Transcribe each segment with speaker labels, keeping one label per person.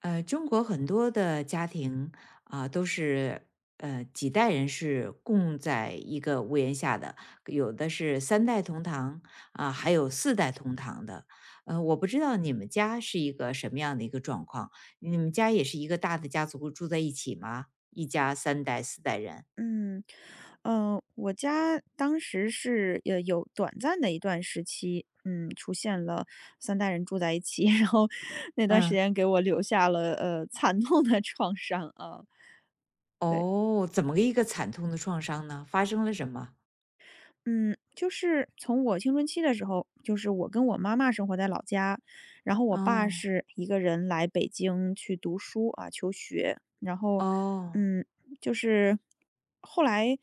Speaker 1: 中国很多的家庭啊、都是几代人是共在一个屋檐下的，有的是三代同堂啊、还有四代同堂的。我不知道你们家是一个什么样的一个状况，你们家也是一个大的家族住在一起吗？一家三代四代人？
Speaker 2: 嗯，我家当时是有短暂的一段时期，出现了三代人住在一起，然后那段时
Speaker 1: 嗯。
Speaker 2: 间给我留下了惨痛的创伤啊，对。
Speaker 1: 哦，怎么个一个惨痛的创伤呢？发生了什么？
Speaker 2: 嗯，就是从我青春期的时候，就是我跟我妈妈生活在老家，然后我爸
Speaker 1: 哦
Speaker 2: 是一个人来北京去读书啊，求学，然后，
Speaker 1: 哦
Speaker 2: 嗯，就是后来，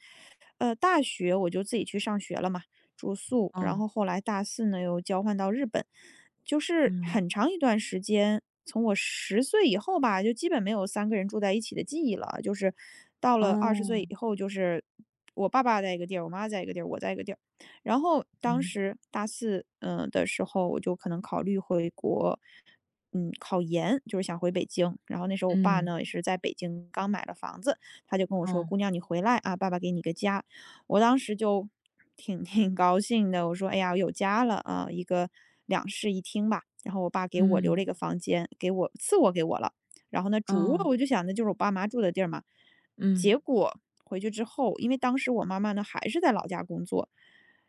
Speaker 2: 大学我就自己去上学了嘛，住宿，然
Speaker 1: 哦，
Speaker 2: 后后来大四呢又交换到日本，就是
Speaker 1: 嗯，
Speaker 2: 很长一段时间，从我十岁以后吧，就基本没有三个人住在一起的记忆了。就是到了20岁
Speaker 1: 哦，
Speaker 2: 以后，就是我爸爸在一个地儿，我妈在一个地儿，我在一个地儿。然后当
Speaker 1: 嗯
Speaker 2: 时大四的时候，我就可能考虑回国，考研，就是想回北京。然后那时候我爸
Speaker 1: 嗯，
Speaker 2: 呢，也是在北京刚买了房子，他就跟我说：“姑
Speaker 1: 哦。
Speaker 2: 娘，你回来啊，爸爸给你个家。”我当时就挺高兴的，我说：“哎呀，我有家了啊，一个两室一厅吧。”然后我爸给我留了一
Speaker 1: 嗯，
Speaker 2: 个房间，给我次卧给我了。然后呢，主卧
Speaker 1: 哦，
Speaker 2: 我就想的就是我爸妈住的地儿嘛。结
Speaker 1: 嗯，
Speaker 2: 果回去之后，因为当时我妈妈呢还是在老家工作，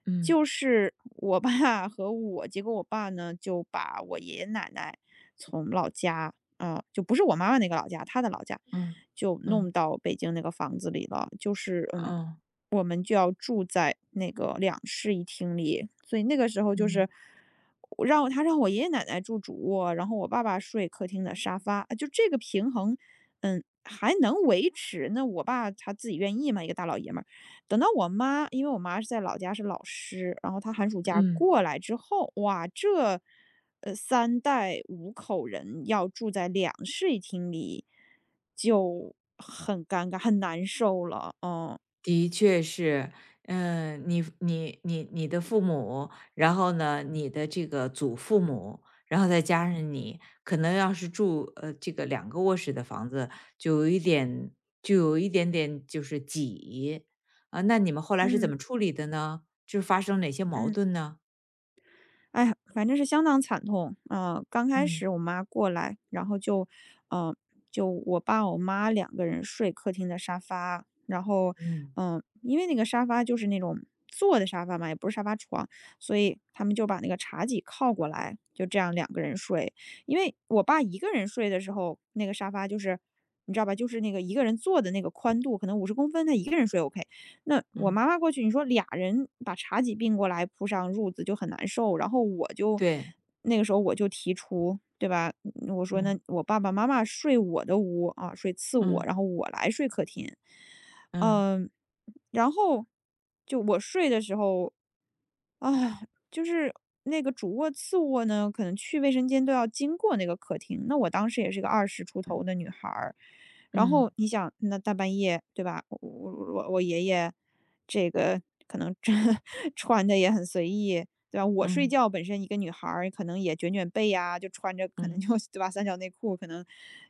Speaker 1: 嗯，
Speaker 2: 就是我爸 和我，结果我爸呢就把我爷爷奶奶从老家啊、就不是我妈妈那个老家，他的老家，
Speaker 1: 嗯，
Speaker 2: 就弄
Speaker 1: 嗯，
Speaker 2: 到北京那个房子里了。就是
Speaker 1: 哦，
Speaker 2: 我们就要住在那个两室一厅里，所以那个时候就
Speaker 1: 嗯，
Speaker 2: 是我让我他让我爷爷奶奶住主卧，然后我爸爸睡客厅的沙发，啊就这个平衡，还能维持。那我爸他自己愿意嘛，一个大老爷们儿。等到我妈，因为我妈是在老家是老师，然后她寒暑假
Speaker 1: 嗯，
Speaker 2: 过来之后，哇，这三代五口人要住在两室一厅里，就很尴尬，很难受了，
Speaker 1: 的确是。嗯，你的父母，然后呢，你的这个祖父母，然后再加上你，可能要是住这个2个卧室的房子，就有一点，就有一点点就是挤啊。那你们后来是怎
Speaker 2: 嗯。
Speaker 1: 么处理的呢？就是发生哪些矛
Speaker 2: 嗯，
Speaker 1: 盾呢？
Speaker 2: 哎呀反正是相当惨痛。刚开
Speaker 1: 嗯
Speaker 2: 始我妈过来，然后就，嗯，就我爸我妈两个人睡客厅的沙发，然后，
Speaker 1: 嗯
Speaker 2: 因为那个沙发就是那种坐的沙发嘛，也不是沙发床，所以他们就把那个茶几靠过来，就这样两个人睡。因为我爸一个人睡的时候，那个沙发就是，你知道吧，就是那个一个人坐的那个宽度，可能50公分，他一个人睡 OK。那我
Speaker 1: 嗯，
Speaker 2: 妈妈过去，你说俩人把茶几并过来铺上褥子就很难受，然后
Speaker 1: 对，
Speaker 2: 那个时候我就提出，对吧？我说那
Speaker 1: 嗯
Speaker 2: 我爸爸妈妈睡我的屋啊，睡次卧，
Speaker 1: 嗯
Speaker 2: 然后我来睡客厅。
Speaker 1: 嗯
Speaker 2: 嗯，然后就我睡的时候，啊，就是那个主卧、次卧呢，可能去卫生间都要经过那个客厅。那我当时也是个二十出头
Speaker 1: 嗯
Speaker 2: 的女孩儿，然后
Speaker 1: 嗯。
Speaker 2: 你想，那大半夜，对吧？我爷爷这个可能这 穿的也很随意，对吧？我睡
Speaker 1: 嗯
Speaker 2: 觉本身一个女孩儿，可能也卷卷被呀、就穿着可能
Speaker 1: 嗯
Speaker 2: 就 对吧，三角内裤可能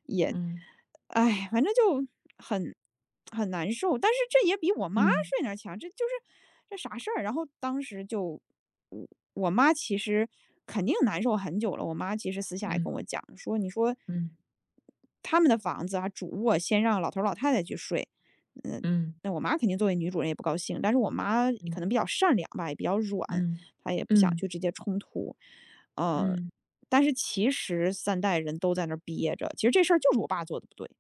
Speaker 2: 也，
Speaker 1: 嗯
Speaker 2: 哎，反正很。很难受，但是这也比我妈
Speaker 1: 嗯
Speaker 2: 睡那儿强，这就是这啥事儿？然后当时就，我我妈其实肯定难受很久了。我妈其实私下也跟
Speaker 1: 嗯
Speaker 2: 我讲说，你说
Speaker 1: 嗯
Speaker 2: 他们的房子啊，主卧先让老头儿老太太去睡，嗯，
Speaker 1: 嗯
Speaker 2: 那我妈肯定作为女主人也不高兴，但是我妈
Speaker 1: 嗯
Speaker 2: 可能比较善良吧，也比较软，
Speaker 1: 嗯
Speaker 2: 她也不想
Speaker 1: 嗯
Speaker 2: 去直接冲突，呃，但是其实三代人都在那儿憋着，其实这事儿就是我爸做的不对。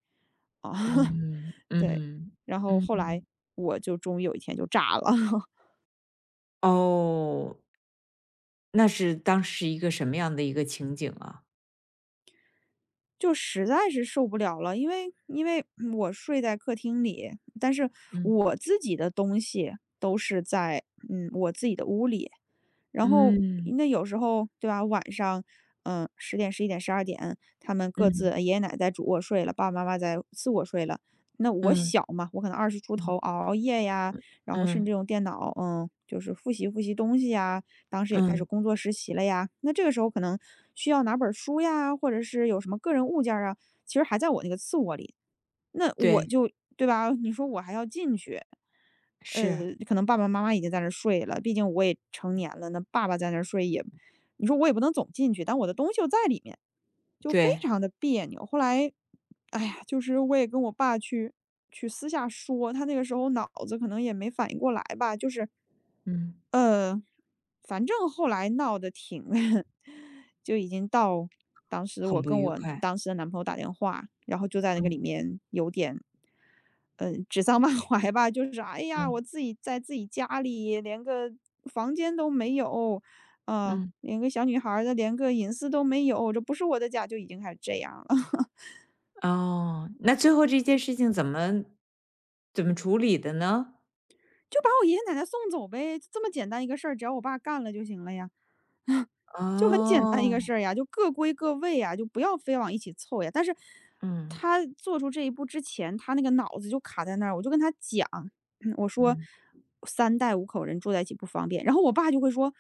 Speaker 2: 啊，
Speaker 1: 嗯
Speaker 2: 对，
Speaker 1: 嗯
Speaker 2: 然后
Speaker 1: 嗯
Speaker 2: 后来
Speaker 1: 嗯。
Speaker 2: 我就终于有一天就炸了，
Speaker 1: 哦，那是当时一个什么样的一个情景啊？
Speaker 2: 就实在是受不了了，因为我睡在客厅里，但是
Speaker 1: 嗯
Speaker 2: 我自己的东西都是在我自己的屋里。然后
Speaker 1: 嗯
Speaker 2: 那有时候对吧，晚上10点、11点、12点，他们各自
Speaker 1: 嗯
Speaker 2: 爷爷奶奶在主卧睡了，爸爸妈妈在次卧睡了。那我
Speaker 1: 嗯
Speaker 2: 小嘛，我可能二十出
Speaker 1: 嗯
Speaker 2: 头熬夜呀，然后甚
Speaker 1: 嗯
Speaker 2: 至用电脑，就是复习复习东西呀，当时也开始
Speaker 1: 嗯，
Speaker 2: 工作实习了呀，那这个时候可能需要哪本书呀，或者是有什么个人物件儿啊，其实还在我那个次卧里。那我
Speaker 1: 对，
Speaker 2: 就对吧？你说我还要进去，
Speaker 1: 是，
Speaker 2: 可能爸爸妈妈已经在那儿睡了，毕竟我也成年了，那爸爸在那儿睡也你说我也不能总进去，但我的东西又在里面，就非
Speaker 1: 对，
Speaker 2: 常的别扭。后来，哎呀，就是我也跟我爸去私下说，他那个时候脑子可能也没反应过来吧，就是，
Speaker 1: 嗯，
Speaker 2: 呃，反正后来闹得挺 就已经到当时
Speaker 1: 很
Speaker 2: 我
Speaker 1: 不
Speaker 2: 跟
Speaker 1: 愉
Speaker 2: 我
Speaker 1: 快。
Speaker 2: 当时的男朋友打电话，然后就在那个里
Speaker 1: 嗯
Speaker 2: 面有点。指桑骂槐吧，就是哎呀，我
Speaker 1: 嗯
Speaker 2: 自己在自己家里连个房间都没有，
Speaker 1: 嗯。
Speaker 2: 连个小女孩儿的连个隐私都没有，这不是我的家就已经开始这样了，
Speaker 1: 哦，那最后这件事情怎么处理的呢？
Speaker 2: 就把我爷爷奶奶送走呗，就这么简单一个事儿，只要我爸干了就行了呀。就很简单一个
Speaker 1: 哦，
Speaker 2: 事儿呀，就各归各位呀，就不要非往一起凑呀。但是
Speaker 1: 嗯
Speaker 2: 他做出这一步之前，他那个脑子就卡在那儿，我就跟他讲，我说
Speaker 1: 嗯。
Speaker 2: 三代五口人住在一起不方便，然后我爸就会说，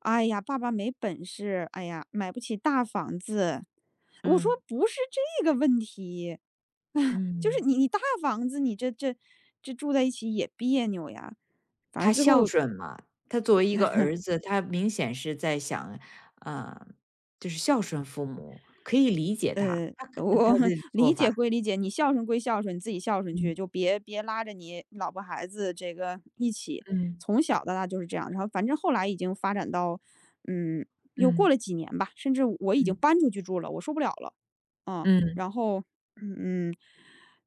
Speaker 2: 哎呀，爸爸没本事，哎呀，买不起大房子。我说
Speaker 1: 嗯。
Speaker 2: 不是这个问题，就是
Speaker 1: 嗯。
Speaker 2: 你大房子，你这住在一起也别扭呀。反正
Speaker 1: 他
Speaker 2: 最
Speaker 1: 孝
Speaker 2: 后
Speaker 1: 顺嘛，他作为一个儿子，他明显是在想，呃，就是孝顺父母，可以理解他，
Speaker 2: 呃，我
Speaker 1: 他 的做
Speaker 2: 理
Speaker 1: 法。
Speaker 2: 解归理解，你孝顺归孝顺，你自己孝顺去，
Speaker 1: 嗯
Speaker 2: 就别拉着你老婆孩子这个一起。
Speaker 1: 嗯
Speaker 2: 从小到大就是这样，然后反正后来已经发展到，嗯，又过了
Speaker 1: 嗯
Speaker 2: 几年吧，甚至我已经
Speaker 1: 嗯
Speaker 2: 搬出去住了，我受不了了。嗯，
Speaker 1: 嗯
Speaker 2: 然后嗯，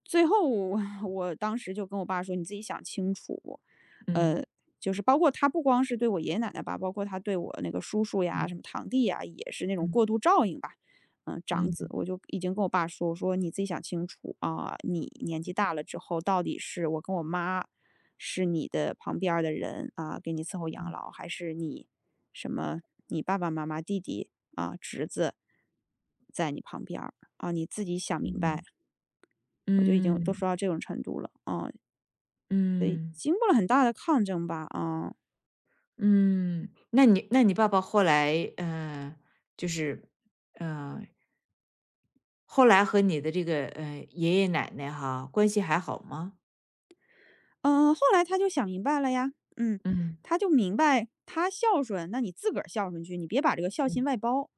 Speaker 2: 最后我 我当时就跟我爸说，你自己想清楚，
Speaker 1: 嗯
Speaker 2: 呃，就是包括他不光是对我爷爷奶奶吧，包括他对我那个叔叔呀、
Speaker 1: 嗯
Speaker 2: 什么堂弟呀，也是那种
Speaker 1: 嗯
Speaker 2: 过度照应吧。长
Speaker 1: 嗯
Speaker 2: 子，
Speaker 1: 嗯
Speaker 2: 我就已经跟我爸说，我说你自己想清楚啊，你年纪大了之后，到底是我跟我妈是你的旁边儿的人啊，给你伺候养老，还是你什么你爸爸妈妈、弟弟啊、侄子在你旁边儿啊，你自己想明白。我就已经都
Speaker 1: 嗯
Speaker 2: 说到
Speaker 1: 嗯
Speaker 2: 这种程度了啊，所以
Speaker 1: 嗯
Speaker 2: 经过了很大的抗争吧，啊。
Speaker 1: 嗯，那你爸爸后来，就是，呃，后来和你的这个爷爷奶奶哈关系还好吗？
Speaker 2: 嗯，后来他就想明白了呀。嗯，
Speaker 1: 嗯
Speaker 2: 他就明白他孝顺，那你自个儿孝顺去，你别把这个孝心
Speaker 1: 嗯。
Speaker 2: 外包。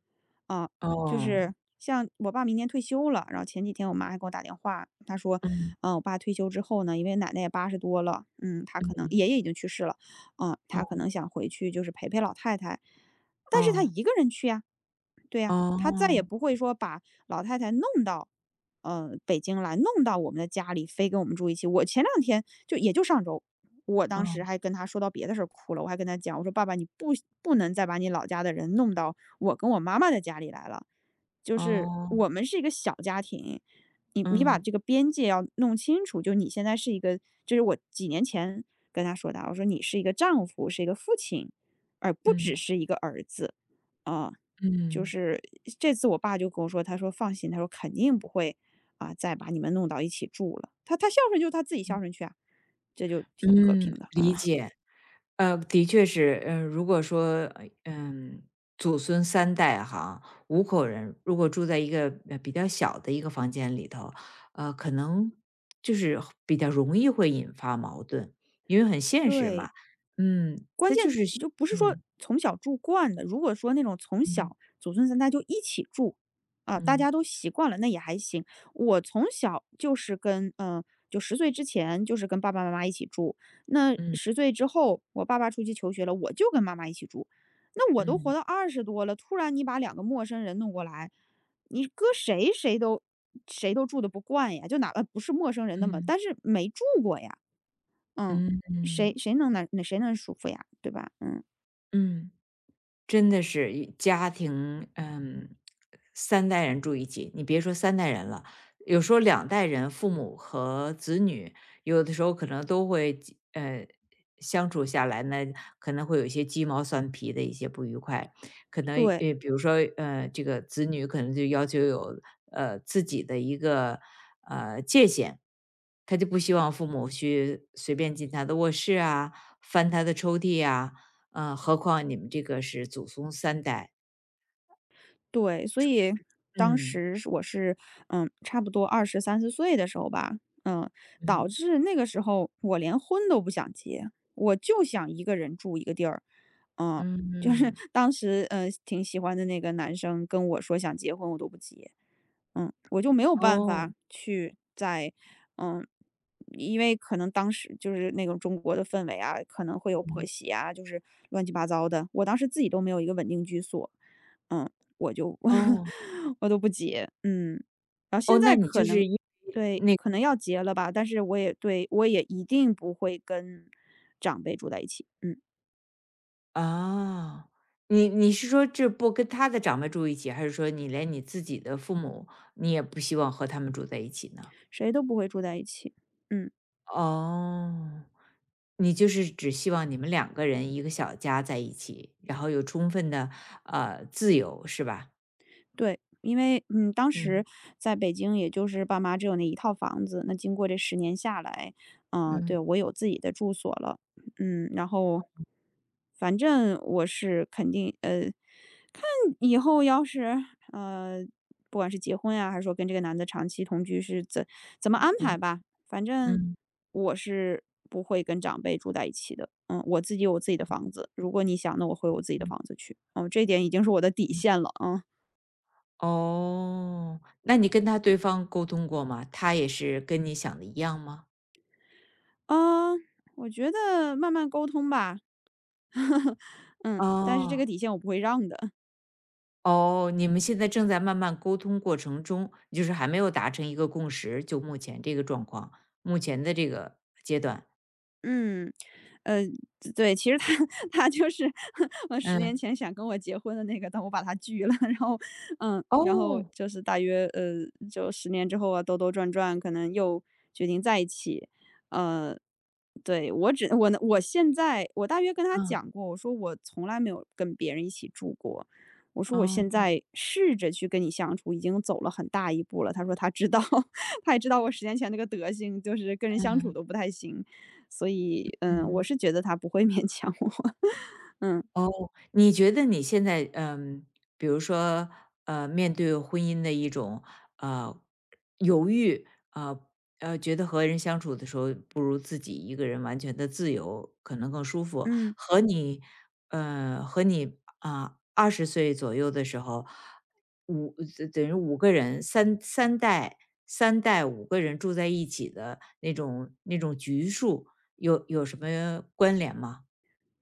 Speaker 2: 啊，就
Speaker 1: 哦，
Speaker 2: 是像我爸明年退休了，然后前几天我妈还给我打电话，她说，
Speaker 1: 嗯，
Speaker 2: 我爸退休之后呢，因为奶奶也80多了，他可能
Speaker 1: 嗯，
Speaker 2: 爷爷已经去世了，
Speaker 1: 哦，
Speaker 2: 他可能想回去就是陪陪老太太，但是他
Speaker 1: 哦，
Speaker 2: 一个人去呀、对呀，他再也
Speaker 1: 哦，
Speaker 2: 不会说把老太太弄到，北京来，弄到我们的家里，非跟我们住一起。我前两天就也就上周，我当
Speaker 1: 哦，
Speaker 2: 时还跟他说到别的事儿哭了，我还跟他讲，我说爸爸，你不能再把你老家的人弄到我跟我妈妈的家里来了，就是
Speaker 1: 哦，
Speaker 2: 我们是一个小家庭，你把
Speaker 1: 嗯，
Speaker 2: 这个边界要弄清楚，就你现在是一个，就是我几年前跟他说的啊，我说你是一个丈夫，是一个父亲，而不只
Speaker 1: 嗯，
Speaker 2: 是一个儿子，啊、就是这次我爸就跟我说，他说：“放心，他说肯定不会再把你们弄到一起住了。”他孝顺就他自己孝
Speaker 1: 嗯，
Speaker 2: 顺去啊，这就挺和平
Speaker 1: 嗯，
Speaker 2: 的啊，
Speaker 1: 理
Speaker 2: 嗯，
Speaker 1: 解。的确是。如果说，祖孙三代哈，五口人如果住在一个比较小的一个房间里头，可能就是比较容易会引发矛盾，因为很现实
Speaker 2: 对。
Speaker 1: 嘛。嗯，
Speaker 2: 关
Speaker 1: 他
Speaker 2: 键
Speaker 1: 就是
Speaker 2: 你
Speaker 1: 需
Speaker 2: 就不是说
Speaker 1: 嗯
Speaker 2: 从小住惯的，如果说那种从
Speaker 1: 嗯
Speaker 2: 小祖孙三代就一起住，啊，大
Speaker 1: 嗯
Speaker 2: 家都习惯了，那也还行。我从小就是跟就十岁之前就是跟爸爸妈妈一起住，那
Speaker 1: 嗯嗯
Speaker 2: 十岁之后我爸爸出去求学了，我就跟妈妈一起住。那我都活
Speaker 1: 嗯。
Speaker 2: 到二十多了，突然你把两个陌生人弄过来，你搁谁谁都住的不惯呀，就哪怕不是陌生人那么
Speaker 1: 嗯
Speaker 2: 但是没住过呀。嗯，
Speaker 1: 嗯嗯
Speaker 2: 谁能舒服呀，对吧？嗯，
Speaker 1: 嗯，真的是一家庭。嗯，三代人住一起，你别说三代人了，有时候两代人，父母和子女，有的时候可能都会呃相处下来呢，可能会有一些鸡毛蒜皮的一些不愉快，可能
Speaker 2: 对。
Speaker 1: 比如说这个子女可能就要求有自己的一个界限，他就不希望父母去随便进他的卧室啊，翻他的抽屉啊。嗯，何况你们这个是祖宗三代。
Speaker 2: 对，所以当
Speaker 1: 嗯，
Speaker 2: 时是我是，嗯，差不多23、24岁的时候吧，嗯，导
Speaker 1: 嗯。
Speaker 2: 致那个时候我连婚都不想结，我就想一个人住一个地儿。嗯，就是
Speaker 1: 嗯，
Speaker 2: 当时，挺喜欢的那个男生跟我说想结婚，我都不结。嗯，我就没有办
Speaker 1: 哦，
Speaker 2: 法去在嗯，因为可能当时就是那种中国的氛围啊，可能会有婆
Speaker 1: 嗯。
Speaker 2: 媳啊，就是乱七八糟的。我当时自己都没有一个稳定居所，嗯，我就
Speaker 1: 哦，
Speaker 2: 我都不结，嗯，然后现
Speaker 1: 哦，
Speaker 2: 在
Speaker 1: 那你
Speaker 2: 可
Speaker 1: 就
Speaker 2: 能
Speaker 1: 是因为
Speaker 2: 对
Speaker 1: 那
Speaker 2: 可能要结了吧，但是我也对我也一定不会跟长辈住在一起，嗯，
Speaker 1: 啊。哦，你你是说这不跟他的长辈住一起，还是说你连你自己的父母，你也不希望和他们住在一起呢？
Speaker 2: 谁都不会住在一起，嗯。
Speaker 1: 哦，你就是只希望你们两个人一个小家在一起，然后有充分的，自由是吧？
Speaker 2: 对，因为嗯，当时
Speaker 1: 嗯。
Speaker 2: 在北京，也就是爸妈只有那一套房子。那经过这十年下来，嗯，
Speaker 1: 嗯，
Speaker 2: 对，我有自己的住所了。嗯，然后反正我是肯定看以后要是，呃，不管是结婚呀，还是说跟这个男的长期同居是怎么
Speaker 1: 嗯，
Speaker 2: 安
Speaker 1: 嗯
Speaker 2: 排吧，反正
Speaker 1: 嗯。
Speaker 2: 我是不会跟长辈住在一起的。嗯，我自己有我自己的房子，如果你想，那我回我自己的房子去。嗯，这一点已经是我的底线了，嗯。
Speaker 1: 哦，那你跟他对方沟通过吗？他也是跟你想的一样吗？
Speaker 2: 嗯，我觉得慢慢沟通吧。嗯，但是这个
Speaker 1: 哦，
Speaker 2: 底线我不会让的。
Speaker 1: 哦，你们现在正在慢慢沟通过程中，就是还没有达成一个共识，就目前这个状况，目前的这个阶段。
Speaker 2: 嗯，呃，对，其实他 他就是 我十年
Speaker 1: 嗯，
Speaker 2: 前想跟我结婚的那个，但我把他拒了。然后，嗯，然后
Speaker 1: 哦，
Speaker 2: 就是大约就十年之后啊，兜兜转转，可能又决定在一起。呃，对我呢，我现在我大约跟他
Speaker 1: 嗯，
Speaker 2: 讲过，我说我从来没有跟别人一起住过，我说我
Speaker 1: 哦，
Speaker 2: 现在试着去跟你相处，已经走了很大一步了。他说他知道，他也知道我10年前那个德行，就是跟人相处
Speaker 1: 嗯
Speaker 2: 都不太行，所以嗯，我
Speaker 1: 嗯。
Speaker 2: 是觉得他不会勉强我，嗯
Speaker 1: 哦，你觉得你现在，嗯，比如说，面对婚姻的一种呃犹豫，呃觉得和人相处的时候不如自己一个人完全的自由，可能更舒服。
Speaker 2: 嗯。
Speaker 1: 和你，和你啊，20岁左右的时候，五等于五个人，三代五个人住在一起的那种局数，有什么关联吗？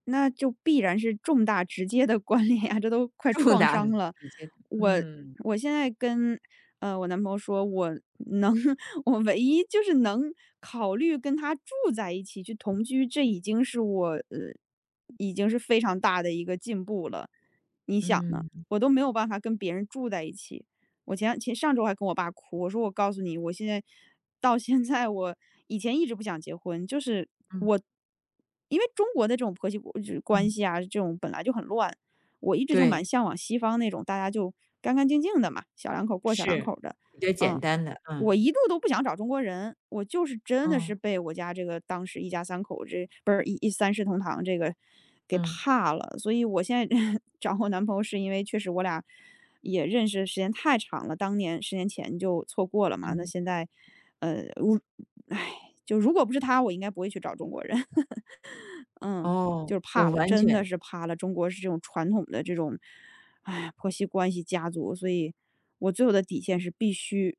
Speaker 2: 那就必然是重大直接的关联呀，这都快
Speaker 1: 重
Speaker 2: 创
Speaker 1: 大
Speaker 2: 伤
Speaker 1: 里
Speaker 2: 了。
Speaker 1: 直接的。
Speaker 2: 我
Speaker 1: 嗯，
Speaker 2: 我现在跟，呃，我男朋友说，我能 我唯一就是能考虑跟他住在一起去同居，这已经是我，呃，已经是非常大的一个进步了。你想呢？
Speaker 1: 嗯，
Speaker 2: 我都没有办法跟别人住在一起。我前上周还跟我爸哭，我说我告诉你，我现在到现在我以前一直不想结婚，就是
Speaker 1: 嗯，
Speaker 2: 我因为中国的这种婆媳就是关
Speaker 1: 嗯，
Speaker 2: 系啊，这种本来就很乱，我一直就蛮
Speaker 1: 对，
Speaker 2: 向往西方那种大家就干干净净的嘛，小两口过小两
Speaker 1: 是，
Speaker 2: 口的，
Speaker 1: 比较简
Speaker 2: 嗯。
Speaker 1: 单的。
Speaker 2: 我
Speaker 1: 嗯，
Speaker 2: 一度都不想找中国人，我就是真的是
Speaker 1: 嗯，
Speaker 2: 被我家这个当时一家三口这不是一三世同堂这个给
Speaker 1: 嗯，
Speaker 2: 怕了，所以我现在 找我男朋友是因为确实我俩也认识时间太长了，当年十年前就错过了嘛，那
Speaker 1: 嗯，
Speaker 2: 现在呃，如唉，就如果不是他，我应该不会去找中国人。嗯，
Speaker 1: 哦，
Speaker 2: 就是
Speaker 1: 我
Speaker 2: 怕了，
Speaker 1: 完
Speaker 2: 真的
Speaker 1: 全
Speaker 2: 是怕了。中国是这种传统的这种，哎，婆媳关系、家族，所以我最后的底线是必须，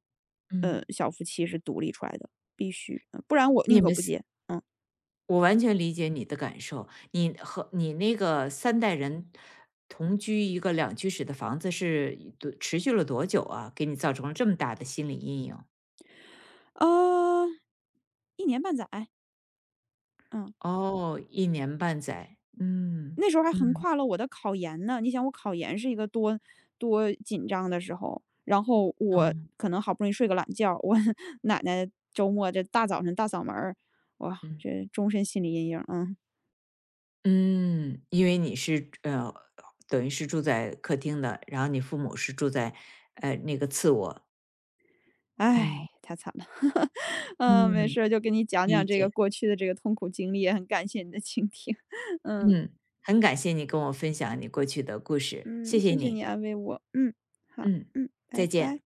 Speaker 1: 嗯，
Speaker 2: 小夫妻是独立出来的，必须，嗯不然我宁
Speaker 1: 你
Speaker 2: 可
Speaker 1: 们
Speaker 2: 不
Speaker 1: 四
Speaker 2: 结。嗯，
Speaker 1: 我完全理解你的感受。你和你那个三代人同居一个两居室的房子多持续了多久啊？给你造成了这么大的心理阴影？
Speaker 2: 呃一年半载，嗯，
Speaker 1: 哦一年半载。嗯，
Speaker 2: 那时候还横
Speaker 1: 嗯，
Speaker 2: 跨了我的考研呢。你想我考研是一个多紧张的时候，然后我
Speaker 1: 嗯，
Speaker 2: 可能好不容易睡个懒觉，我 奶奶周末这大早晨大嗓门儿，哇，
Speaker 1: 嗯。
Speaker 2: 这终身心理阴影，嗯。
Speaker 1: 嗯，因为你是等于是住在客厅的，然后你父母是住在那个次卧。
Speaker 2: 唉，
Speaker 1: 嗯
Speaker 2: 太惨了。嗯，没
Speaker 1: 嗯，
Speaker 2: 事儿就给你讲
Speaker 1: 理
Speaker 2: 讲这个
Speaker 1: 解。
Speaker 2: 过去的这个痛苦经历，也很感谢你的倾听。嗯
Speaker 1: 嗯，很感谢你跟我分享你过去的故事，谢
Speaker 2: 嗯，
Speaker 1: 谢
Speaker 2: 谢谢
Speaker 1: 你。
Speaker 2: 你安慰我。嗯，好，
Speaker 1: 嗯，
Speaker 2: 嗯，拜
Speaker 1: 再见。
Speaker 2: 拜。